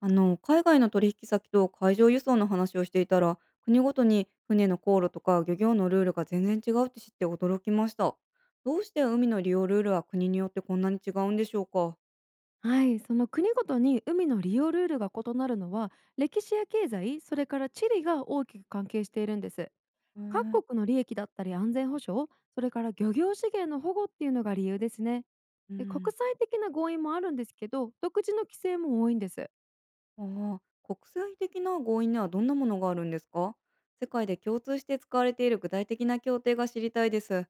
あの、海外の取引先と海上輸送の話をしていたら、国ごとに船の航路とか漁業のルールが全然違うって知って驚きました。どうして海の利用ルールは国によってこんなに違うんでしょうか？はい、その国ごとに海の利用ルールが異なるのは歴史や経済、それから地理が大きく関係しているんです。うん。各国の利益だったり安全保障、それから漁業資源の保護っていうのが理由ですね。うで、国ん。際的な合意もあるんですけど独自の規制も多いんです。ああ、国際的な合意にはどんなものがあるんですか？世界で共通して使われている具体的な協定が知りたいです。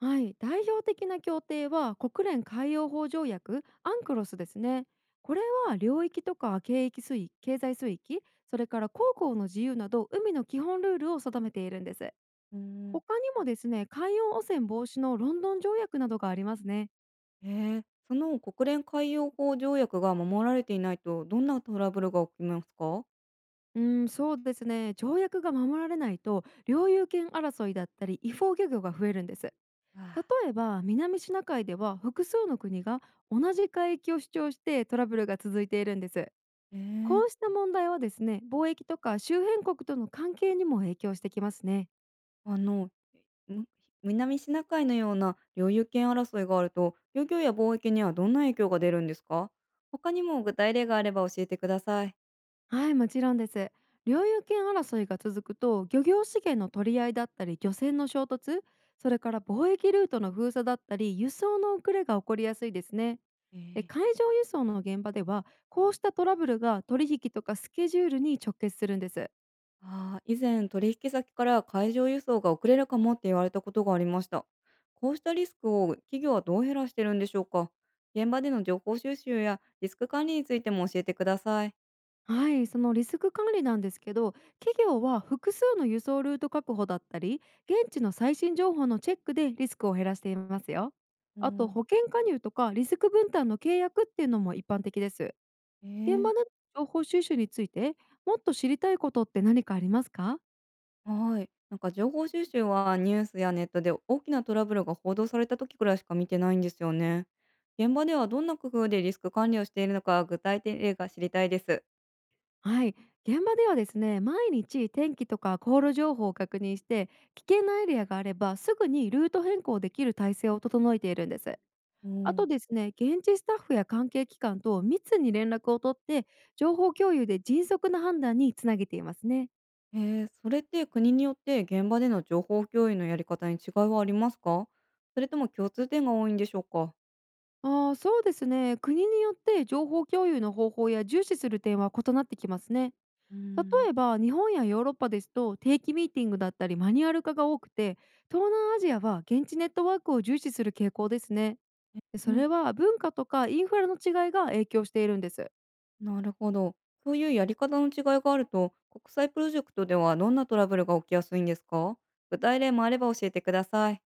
はい、代表的な協定は国連海洋法条約アンクロスですね。これは領域とか経域水域、経済水域、それから航行の自由など海の基本ルールを定めているんです。うん。他にもですね、海洋汚染防止のロンドン条約などがありますね。へえ。その国連海洋法条約が守られていないと、どんなトラブルが起きますか？うん、そうですね。条約が守られないと、領有権争いだったり、違法漁業が増えるんです。例ああ。えば、南シナ海では複数の国が同じ海域を主張してトラブルが続いているんです。えこうしえ。た問題はですね、貿易とか周辺国との関係にも影響してきますね。あの、む南シナ海のような領有権争いがあると、漁業や貿易にはどんな影響が出るんですか？他にも具体例があれば教えてください。はい、もちろんです。領有権争いが続くと漁業資源の取り合いだったり漁船の衝突、それから貿易ルートの封鎖だったり輸送の遅れが起こりやすいですね。えで、ー海上輸送の現場ではこうしたトラブルが取引とかスケジュールに直結するんです。ああ、以前取引先から海上輸送が遅れるかもって言われたことがありました。こうしたリスクを企業はどう減らしてるんでしょうか？現場での情報収集やリスク管理についても教えてください。はい、そのリスク管理なんですけど、企業は複数の輸送ルート確保だったり、現地の最新情報のチェックでリスクを減らしていますよ。うあと、ん。保険加入とかリスク分担の契約っていうのも一般的です。え現ー。場での情報収集について、もっと知りたいことって何かありますか？はい。なんか情報収集はニュースやネットで大きなトラブルが報道された時くらいしか見てないんですよね。現場ではどんな工夫でリスク管理をしているのか、具体的例が知りたいです。はい、現場ではですね、毎日天気とか航路情報を確認して、危険なエリアがあればすぐにルート変更できる体制を整えているんです。うあとん、ですね、現地スタッフや関係機関と密に連絡を取って、情報共有で迅速な判断につなげていますね。えー、それって国によって現場での情報共有のやり方に違いはありますか？それとも共通点が多いんでしょうか？ああ、そうですね、国によって情報共有の方法や重視する点は異なってきますね。うー例ん。えば、日本やヨーロッパですと定期ミーティングだったりマニュアル化が多くて、東南アジアは現地ネットワークを重視する傾向ですね。で、そね。れは文化とかインフラの違いが影響しているんです。なるほど。そういうやり方の違いがあると、国際プロジェクトではどんなトラブルが起きやすいんですか？具体例もあれば教えてください。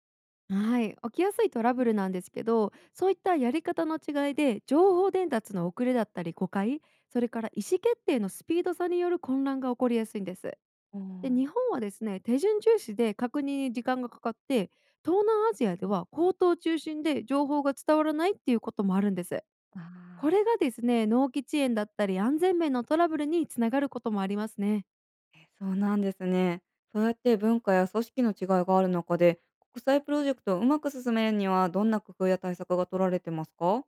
はい、起きやすいトラブルなんですけど、そういったやり方の違いで情報伝達の遅れだったり誤解、それから意思決定のスピード差による混乱が起こりやすいんです。あで、ー。日本はですね、手順重視で確認に時間がかかって、東南アジアでは口頭中心で情報が伝わらないっていうこともあるんです。あこれあ、がですね、納期遅延だったり安全面のトラブルにつながることもありますね。え、そうなんですね。そうやって文化や組織の違いがある中で、国際プロジェクトをうまく進めるにはどんな工夫や対策が取られてますか？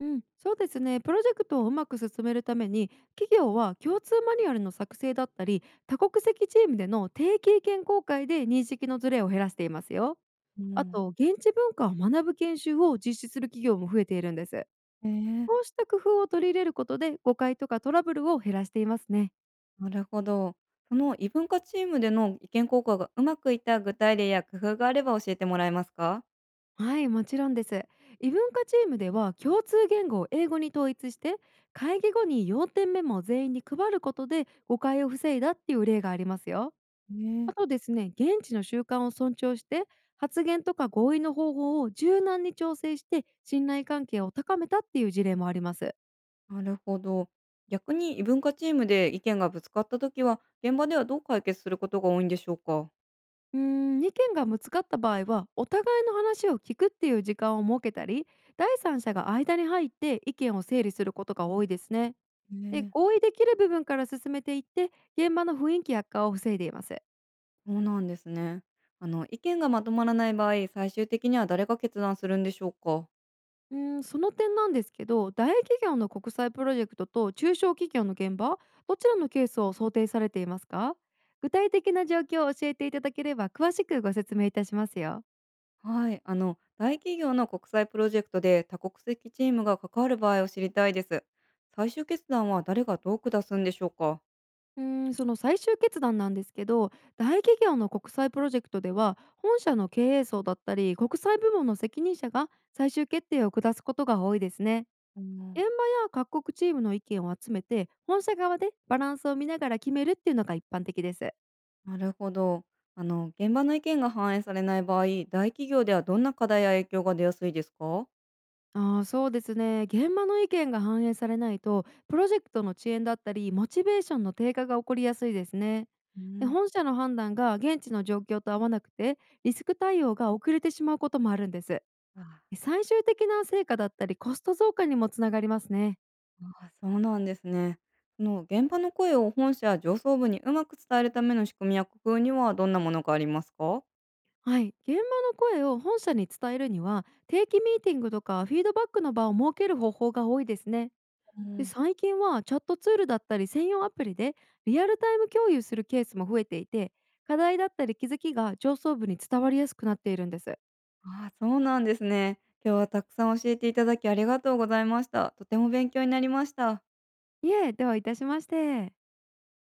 うん、そうですね、プロジェクトをうまく進めるために、企業は共通マニュアルの作成だったり、多国籍チームでの定期意見交換で認識のズレを減らしていますよ。うあん。と、現地文化を学ぶ研修を実施する企業も増えているんです。ええ、こうした工夫を取り入れることで誤解とかトラブルを減らしていますね。なるほど。その異文化チームでの意見交換がうまくいった具体例や工夫があれば教えてもらえますか？はい、もちろんです。異文化チームでは共通言語を英語に統一して、会議後に要点メモを全員に配ることで誤解を防いだっていう例がありますよ。ねあとえ。ですね、現地の習慣を尊重して発言とか合意の方法を柔軟に調整して信頼関係を高めたっていう事例もあります。なるほど。逆に異文化チームで意見がぶつかった時は、現場ではどう解決することが多いんでしょうか？意見がぶつかった場合はお互いの話を聞くっていう時間を設けたり、第三者が間に入って意見を整理することが多いですね。で、ね。合意できる部分から進めていって現場の雰囲気悪化を防いでいます。そうなんですね。あの、意見がまとまらない場合、最終的には誰が決断するんでしょうか？その点なんですけど、大企業の国際プロジェクトと中小企業の現場、どちらのケースを想定されていますか？具体的な状況を教えていただければ詳しくご説明いたしますよ。はい、あの、大企業の国際プロジェクトで多国籍チームが関わる場合を知りたいです。最終決断は誰がどう下すんでしょうか？うーん、その最終決断なんですけど、大企業の国際プロジェクトでは、本社の経営層だったり、国際部門の責任者が最終決定を下すことが多いですね。う現ん、場や各国チームの意見を集めて、本社側でバランスを見ながら決めるっていうのが一般的です。なるほど。あの、現場の意見が反映されない場合、大企業ではどんな課題や影響が出やすいですか？ああ、そうですね。現場の意見が反映されないと、プロジェクトの遅延だったり、モチベーションの低下が起こりやすいですね。うで、ん。本社の判断が現地の状況と合わなくて、リスク対応が遅れてしまうこともあるんです。あ最終的な成果だったりコスト増加にもつながりますね。あ、そうなんですね。その現場の声を本社や上層部にうまく伝えるための仕組みや工夫にはどんなものがありますか？はい、現場の声を本社に伝えるには定期ミーティングとかフィードバックの場を設ける方法が多いですね。うで、ん、最近はチャットツールだったり専用アプリでリアルタイム共有するケースも増えていて、課題だったり気づきが上層部に伝わりやすくなっているんです。ああ、そうなんですね。今日はたくさん教えていただきありがとうございました。とても勉強になりました。いえ、ではいたしまして。